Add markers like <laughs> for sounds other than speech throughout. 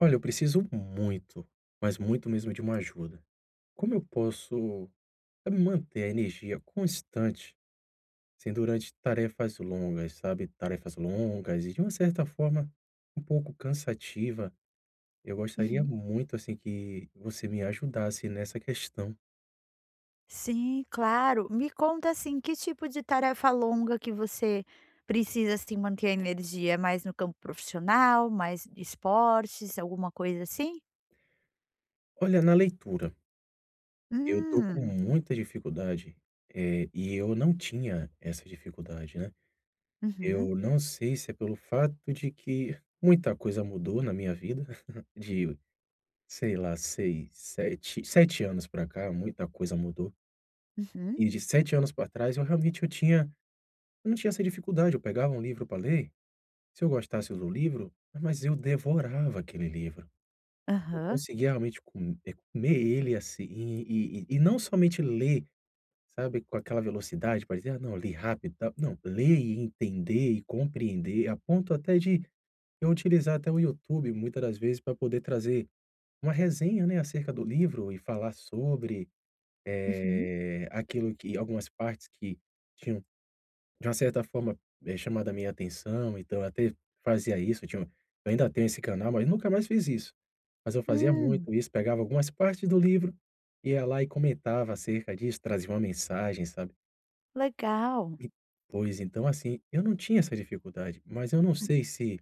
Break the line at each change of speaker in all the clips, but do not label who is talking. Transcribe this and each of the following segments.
Olha, eu preciso muito, mas muito mesmo de uma ajuda. Como eu posso, sabe, manter a energia constante, sem durante tarefas longas, sabe? Tarefas longas e de uma certa forma um pouco cansativa. Eu gostaria
Uhum.
muito, assim, que você me ajudasse nessa questão.
Sim, claro. Me conta, assim, que tipo de tarefa longa que você precisa, assim, manter a energia? É mais no campo profissional, mais de esportes, alguma coisa assim?
Olha, na leitura, eu tô com
Hum,
muita dificuldade, e eu não tinha essa dificuldade, né?
uhum.
Eu não sei se é pelo fato de que muita coisa mudou na minha vida, <laughs> de Sei lá, 6 7 7 anos pra cá, muita coisa mudou.
Uhum.
E de 7 anos pra trás eu não tinha essa dificuldade, eu pegava um livro pra ler, se eu gostasse do livro, mas eu devorava aquele livro. Eu
Aham.
conseguia realmente com comer ele assim e não somente ler, sabe, com aquela velocidade para dizer: "Ah não, li rápido e tal", não, ler e entender e compreender, a ponto até de eu utilizar até o YouTube muitas das vezes para poder trazer uma resenha, né, acerca do livro e falar sobre.
Uhum.
Aquilo que algumas partes que tinham, de uma certa forma, chamado a minha atenção, então eu até fazia isso, eu ainda tenho esse canal, mas nunca mais fiz isso. Mas eu fazia
Hum,
muito isso, pegava algumas partes do livro, ia lá e comentava acerca disso, trazia uma mensagem, sabe.
legal.
E pois então, assim, eu não tinha essa dificuldade, mas eu não sei se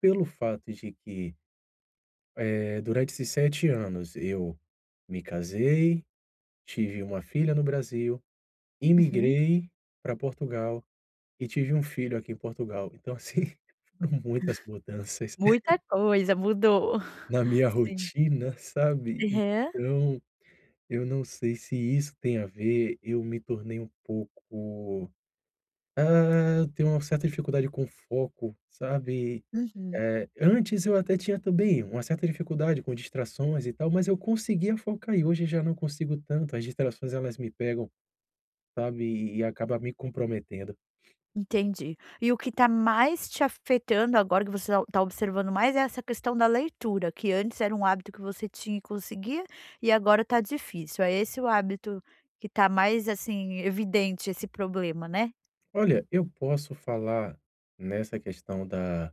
pelo fato de que, durante esses 7 anos eu me casei, tive uma filha no Brasil,
Uhum.
imigrei para Portugal e tive um filho aqui em Portugal. Então, assim, <laughs> foram muitas mudanças <laughs>
Muita coisa mudou. <laughs>
na minha
Sim.
rotina, sabe.
Aham.
Então, eu não sei se isso tem a ver, eu me tornei um pouco eu tenho uma certa dificuldade com foco, sabe.
Uhum.
Antes eu até tinha também uma certa dificuldade com distrações e tal, mas eu conseguia focar e hoje já não consigo tanto. As distrações elas me pegam, sabe, e acaba me comprometendo.
Entendi. E o que está mais te afetando agora, que você tá observando mais, é essa questão da leitura, que antes era um hábito que você tinha e conseguia, e agora tá difícil. É esse o hábito que tá mais, assim, evidente esse problema, né?
Olha, eu posso falar nessa questão da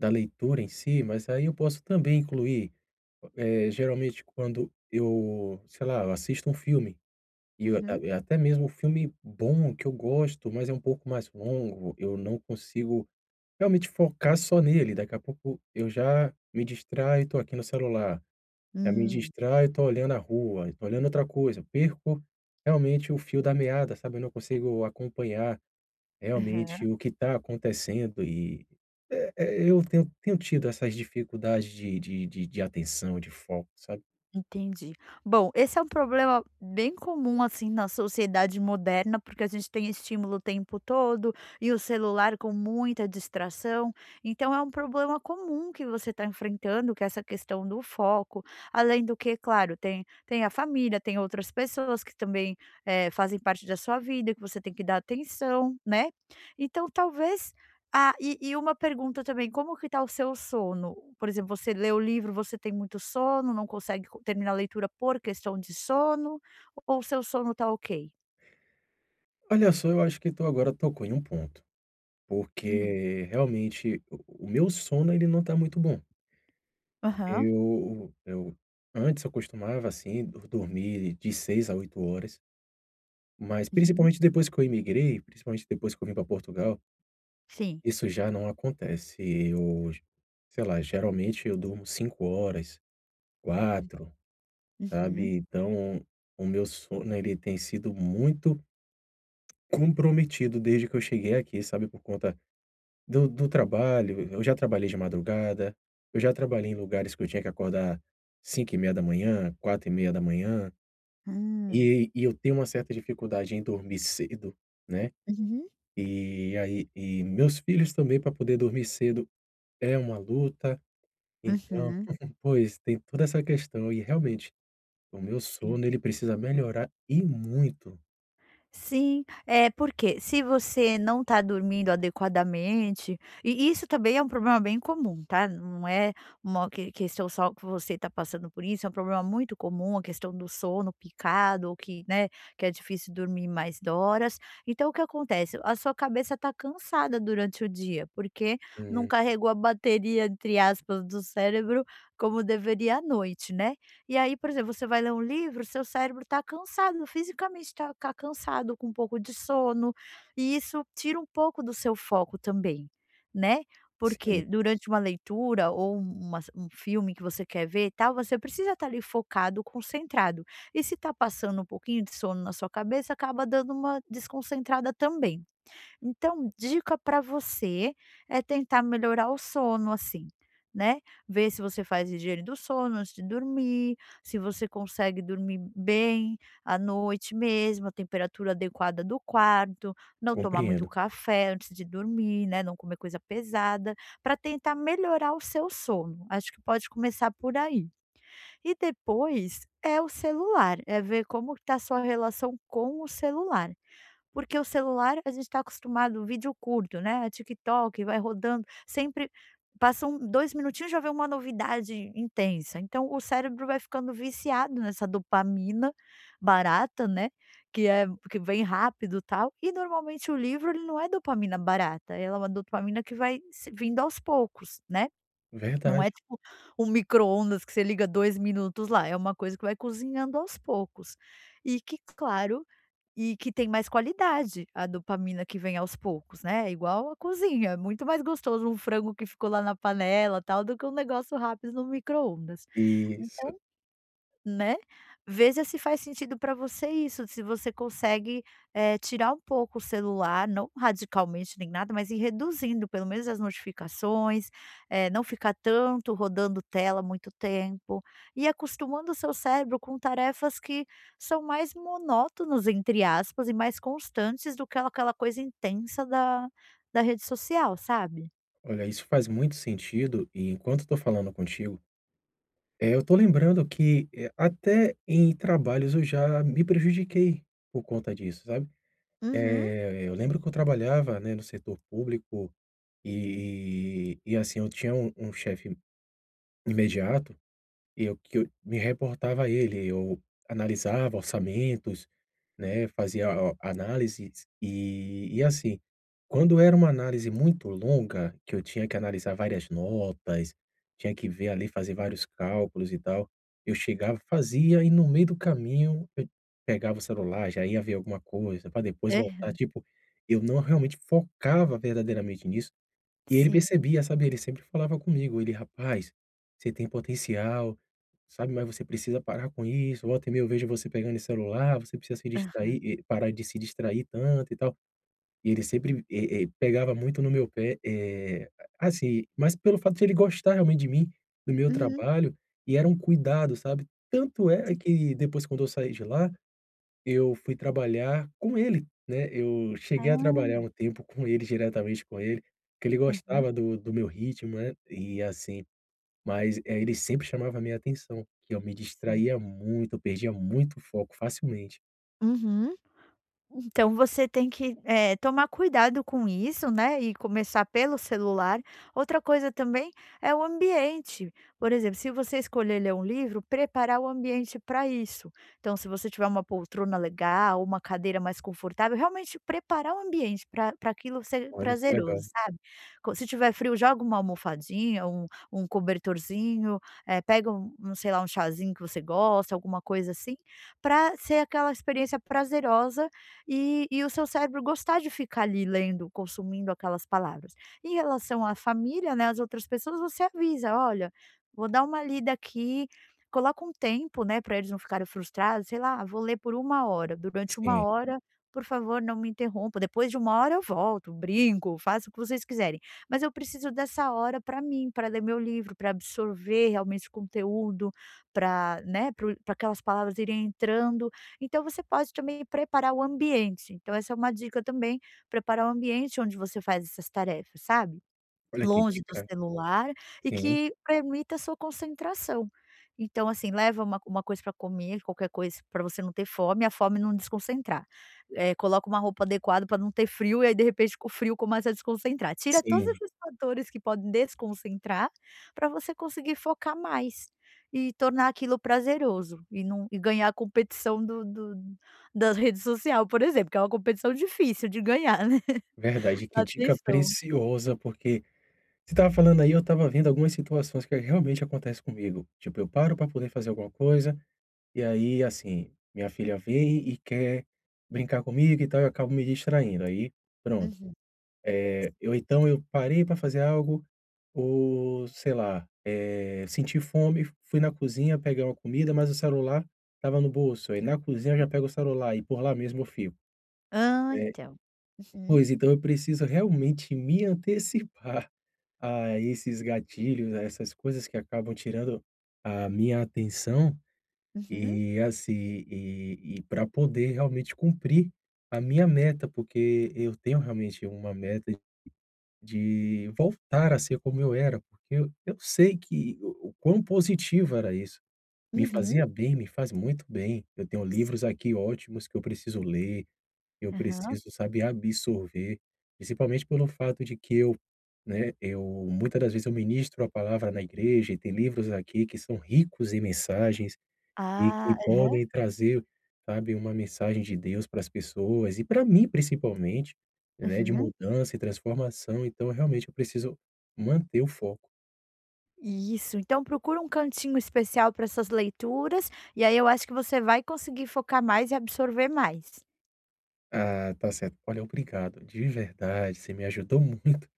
da leitura em si, mas aí eu posso também incluir, geralmente quando eu, sei lá, eu assisto um filme, e eu
Uhum.
a até mesmo um filme bom que eu gosto, mas é um pouco mais longo, eu não consigo realmente focar só nele, daqui a pouco eu já me distraio e tô aqui no celular, já me
Hum.
distraio e tô olhando a rua, e tô olhando outra coisa, perco realmente o fio da meada, sabe, eu não consigo acompanhar. Realmente,
Aham.
o que está acontecendo e eu tenho tido essas dificuldades de atenção, de foco, sabe.
Entendi. Bom, esse é um problema bem comum, assim, na sociedade moderna, porque a gente tem estímulo o tempo todo e o celular com muita distração. Então, é um problema comum que você está enfrentando, que é essa questão do foco. Além do que, claro, tem a família, tem outras pessoas que também fazem parte da sua vida, que você tem que dar atenção, né? Então, talvez e uma pergunta também, como que tá o seu sono? Por exemplo, você lê o livro, você tem muito sono, não consegue co terminar a leitura por questão de sono, ou o seu sono tá ok?
Olha só, eu acho que tu agora tocou em um ponto,
Hum.
porque realmente o meu sono ele não tá muito bom.
Aham.
Eu antes eu costumava, assim, do dormir de 6 a 8 horas, mas
Uhum.
principalmente depois que eu imigrei, principalmente depois que eu vim para Portugal,
Sim.
isso já não acontece. Eu, sei lá, geralmente eu durmo 5 horas,
Hum.
quatro.
Uhum.
Sabe, então o meu sono, ele tem sido muito comprometido desde que eu cheguei aqui, sabe, por conta do trabalho. Eu já trabalhei de madrugada, eu já trabalhei em lugares que eu tinha que acordar 5:30 da manhã, 4:30 da manhã,
Hum.
e eu tenho uma certa dificuldade em dormir cedo, né.
Uhum.
E aí e meus filhos também para poder dormir cedo é uma luta, então
Uhum.
<laughs> pois, tem toda essa questão e realmente o meu
Sim.
sono ele precisa melhorar e muito.
Sim, é porque se você não está dormindo adequadamente e isso também é um problema bem comum, tá, não é uma que questão só que você está passando por isso, é um problema muito comum, a questão do sono picado ou que, né, que é difícil dormir mais horas. Então o que acontece? A sua cabeça está cansada durante o dia, porque não
Hum,
carregou a "bateria", entre aspas, do cérebro como deveria à noite, né. E aí, por exemplo, você vai ler um livro, seu cérebro está cansado, fisicamente está cansado, com um pouco de sono, e isso tira um pouco do seu foco também, né.
sim,
Porque durante uma leitura ou uma um filme que você quer ver e tal, você precisa estar ali focado, concentrado. E se tá passando um pouquinho de sono na sua cabeça, acaba dando uma desconcentrada também. Então, dica para você é tentar melhorar o sono, assim, né, ver se você faz higiene do sono antes de dormir, se você consegue dormir bem à noite mesmo, a temperatura adequada do quarto, não tomar muito
compreendo.
café antes de dormir, né, não comer coisa pesada, para tentar melhorar o seu sono. Acho que pode começar por aí. E depois é o celular, é ver como está a sua relação com o celular. Porque o celular a gente está acostumado, vídeo curto, né, é TikTok, vai rodando, sempre passam 2 minutinhos, já vem uma novidade intensa, então o cérebro vai ficando viciado nessa dopamina barata, né, que é que vem rápido, tal, e normalmente o livro ele não é dopamina barata, ela é uma dopamina que vai se vindo aos poucos, né, não
Verdade.
é tipo um micro-ondas que você liga 2 minutos lá, é uma coisa que vai cozinhando aos poucos. E que claro e que tem mais qualidade a dopamina que vem aos poucos, né, igual a cozinha, é muito mais gostoso um frango que ficou lá na panela tal do que um negócio rápido no micro-ondas.
Isso,
Então né, veja se faz sentido para você isso, se você consegue, tirar um pouco o celular, não radicalmente nem nada, mas ir reduzindo pelo menos as notificações, não ficar tanto rodando tela muito tempo, e acostumando o seu cérebro com tarefas que são mais monótonas entre aspas, e mais constantes do que aquela coisa intensa da rede social, sabe?
olha, isso faz muito sentido e enquanto estou falando contigo, eu estou lembrando que, até em trabalhos eu já me prejudiquei por conta disso, sabe.
Uhum.
Eu lembro que eu trabalhava, né, no setor público e assim, eu tinha um chefe imediato. Eu que eu me reportava a ele, eu analisava orçamentos, né, fazia a análises e assim, quando era uma análise muito longa, que eu tinha que analisar várias notas, tinha que ver ali, fazer vários cálculos e tal, eu chegava, fazia e no meio do caminho eu pegava o celular, já ia ver alguma coisa, para depois
É,
voltar, tipo, eu não realmente focava verdadeiramente nisso, e ele
sim.
percebia, sabe, ele sempre falava comigo, ele: "Rapaz, você tem potencial, sabe, mas você precisa parar com isso, volta e meia eu vejo você pegando esse celular, você precisa se distrair e parar de se distrair tanto e tal". E ele sempre, pegava muito no meu pé, assim, mas pelo fato de ele gostar realmente de mim, do meu
Uhum,
trabalho, e era um cuidado, sabe. Tanto é
sim.
que depois quando eu saí de lá eu fui trabalhar com ele, né, eu cheguei a trabalhar
Ah,
um tempo com ele, diretamente com ele, porque ele
uhum,
gostava do meu ritmo, né, e assim, mas, ele sempre chamava a minha atenção, que eu me
sim.
distraía muito, eu perdia muito foco facilmente.
Uhum. Então você tem que, tomar cuidado com isso, né, e começar pelo celular. Outra coisa também é o ambiente. Por exemplo, se você escolher ler um livro, preparar o ambiente para isso. Então, se você tiver uma poltrona legal, uma cadeira mais confortável, realmente preparar o ambiente para pra aquilo ser
Olha que
prazeroso,
legal.
sabe. Co Se tiver frio, joga uma almofadinha, um cobertorzinho, pega sei lá, um chazinho que você gosta, alguma coisa assim, para ser aquela experiência prazerosa e o seu cérebro gostar de ficar ali lendo, consumindo aquelas palavras. Em relação à família, né, às outras pessoas, você avisa: "Olha, vou dar uma lida aqui", coloca um tempo, né, para eles não ficarem frustrados, sei lá: "Vou ler por uma hora, durante uma
Sim,
hora, por favor, não me interrompa, depois de uma hora eu volto, brinco, faço o que vocês quiserem, mas eu preciso dessa hora para mim, para ler meu livro, para absorver realmente o conteúdo, para, né, para aquelas palavras irem entrando" então você pode também preparar o ambiente. Então essa é uma dica também, preparar o ambiente onde você faz essas tarefas, sabe?
olha que
Longe do
dica.
celular e
Sim,
que permita a sua concentração. Então, assim, leva uma coisa para comer, qualquer coisa para você não ter fome, a fome não desconcentrar. Coloca uma roupa adequada para não ter frio e aí de repente o frio começa a desconcentrar. Tira todos
sim,
esses fatores que podem desconcentrar para você conseguir focar mais e tornar aquilo prazeroso e não e ganhar a competição do da rede social, por exemplo, que é uma competição difícil de ganhar, né, <laughs>
verdade, que dica
atenção.
preciosa, porque você estava falando aí, eu estava vendo algumas situações que realmente acontece comigo, tipo, eu paro para poder fazer alguma coisa. E aí, assim, minha filha vem e quer brincar comigo e tal, eu acabo me distraindo. Aí, pronto.
Uhum.
Eu então eu parei para fazer algo ou, sei lá, senti fome, fui na cozinha pegar uma comida, mas o celular estava no bolso. Aí na cozinha eu já pego o celular e por lá mesmo eu fico,
Ah,
né.
então. Uhum,
Pois então eu preciso realmente me antecipar a esses gatilhos, a essas coisas que acabam tirando a minha atenção
uhum,
e assim, e pra poder realmente cumprir a minha meta, porque eu tenho realmente uma meta de voltar a ser como eu era, porque eu sei que o quão positivo era isso. Me
uhum,
fazia bem, me faz muito bem. Eu tenho livros aqui ótimos que eu preciso ler, eu
aham.
preciso, sabe, absorver, principalmente pelo fato de que eu, né, eu muitas das vezes eu ministro a palavra na igreja e tem livros aqui que são ricos em mensagens. E
Ah,
que
aham,
podem trazer, sabe, uma mensagem de Deus para as pessoas e para mim principalmente, né, de
aham.
mudança e transformação, então realmente eu preciso manter o foco.
Isso, então procura um cantinho especial para essas leituras, e aí eu acho que você vai conseguir focar mais e absorver mais.
Ah, tá certo. Olha, obrigado, de verdade, você me ajudou <laughs> muito.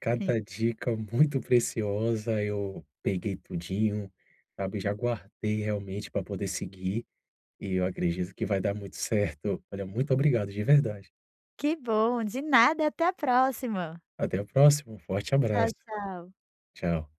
Cada dica muito preciosa, eu peguei tudinho, sabe, já guardei realmente para poder seguir, e eu acredito que vai dar muito certo. Olha, muito obrigado de verdade.
Que bom, de nada, até a próxima.
Até a próxima, um forte
Tchau,
abraço.
tchau.
Tchau.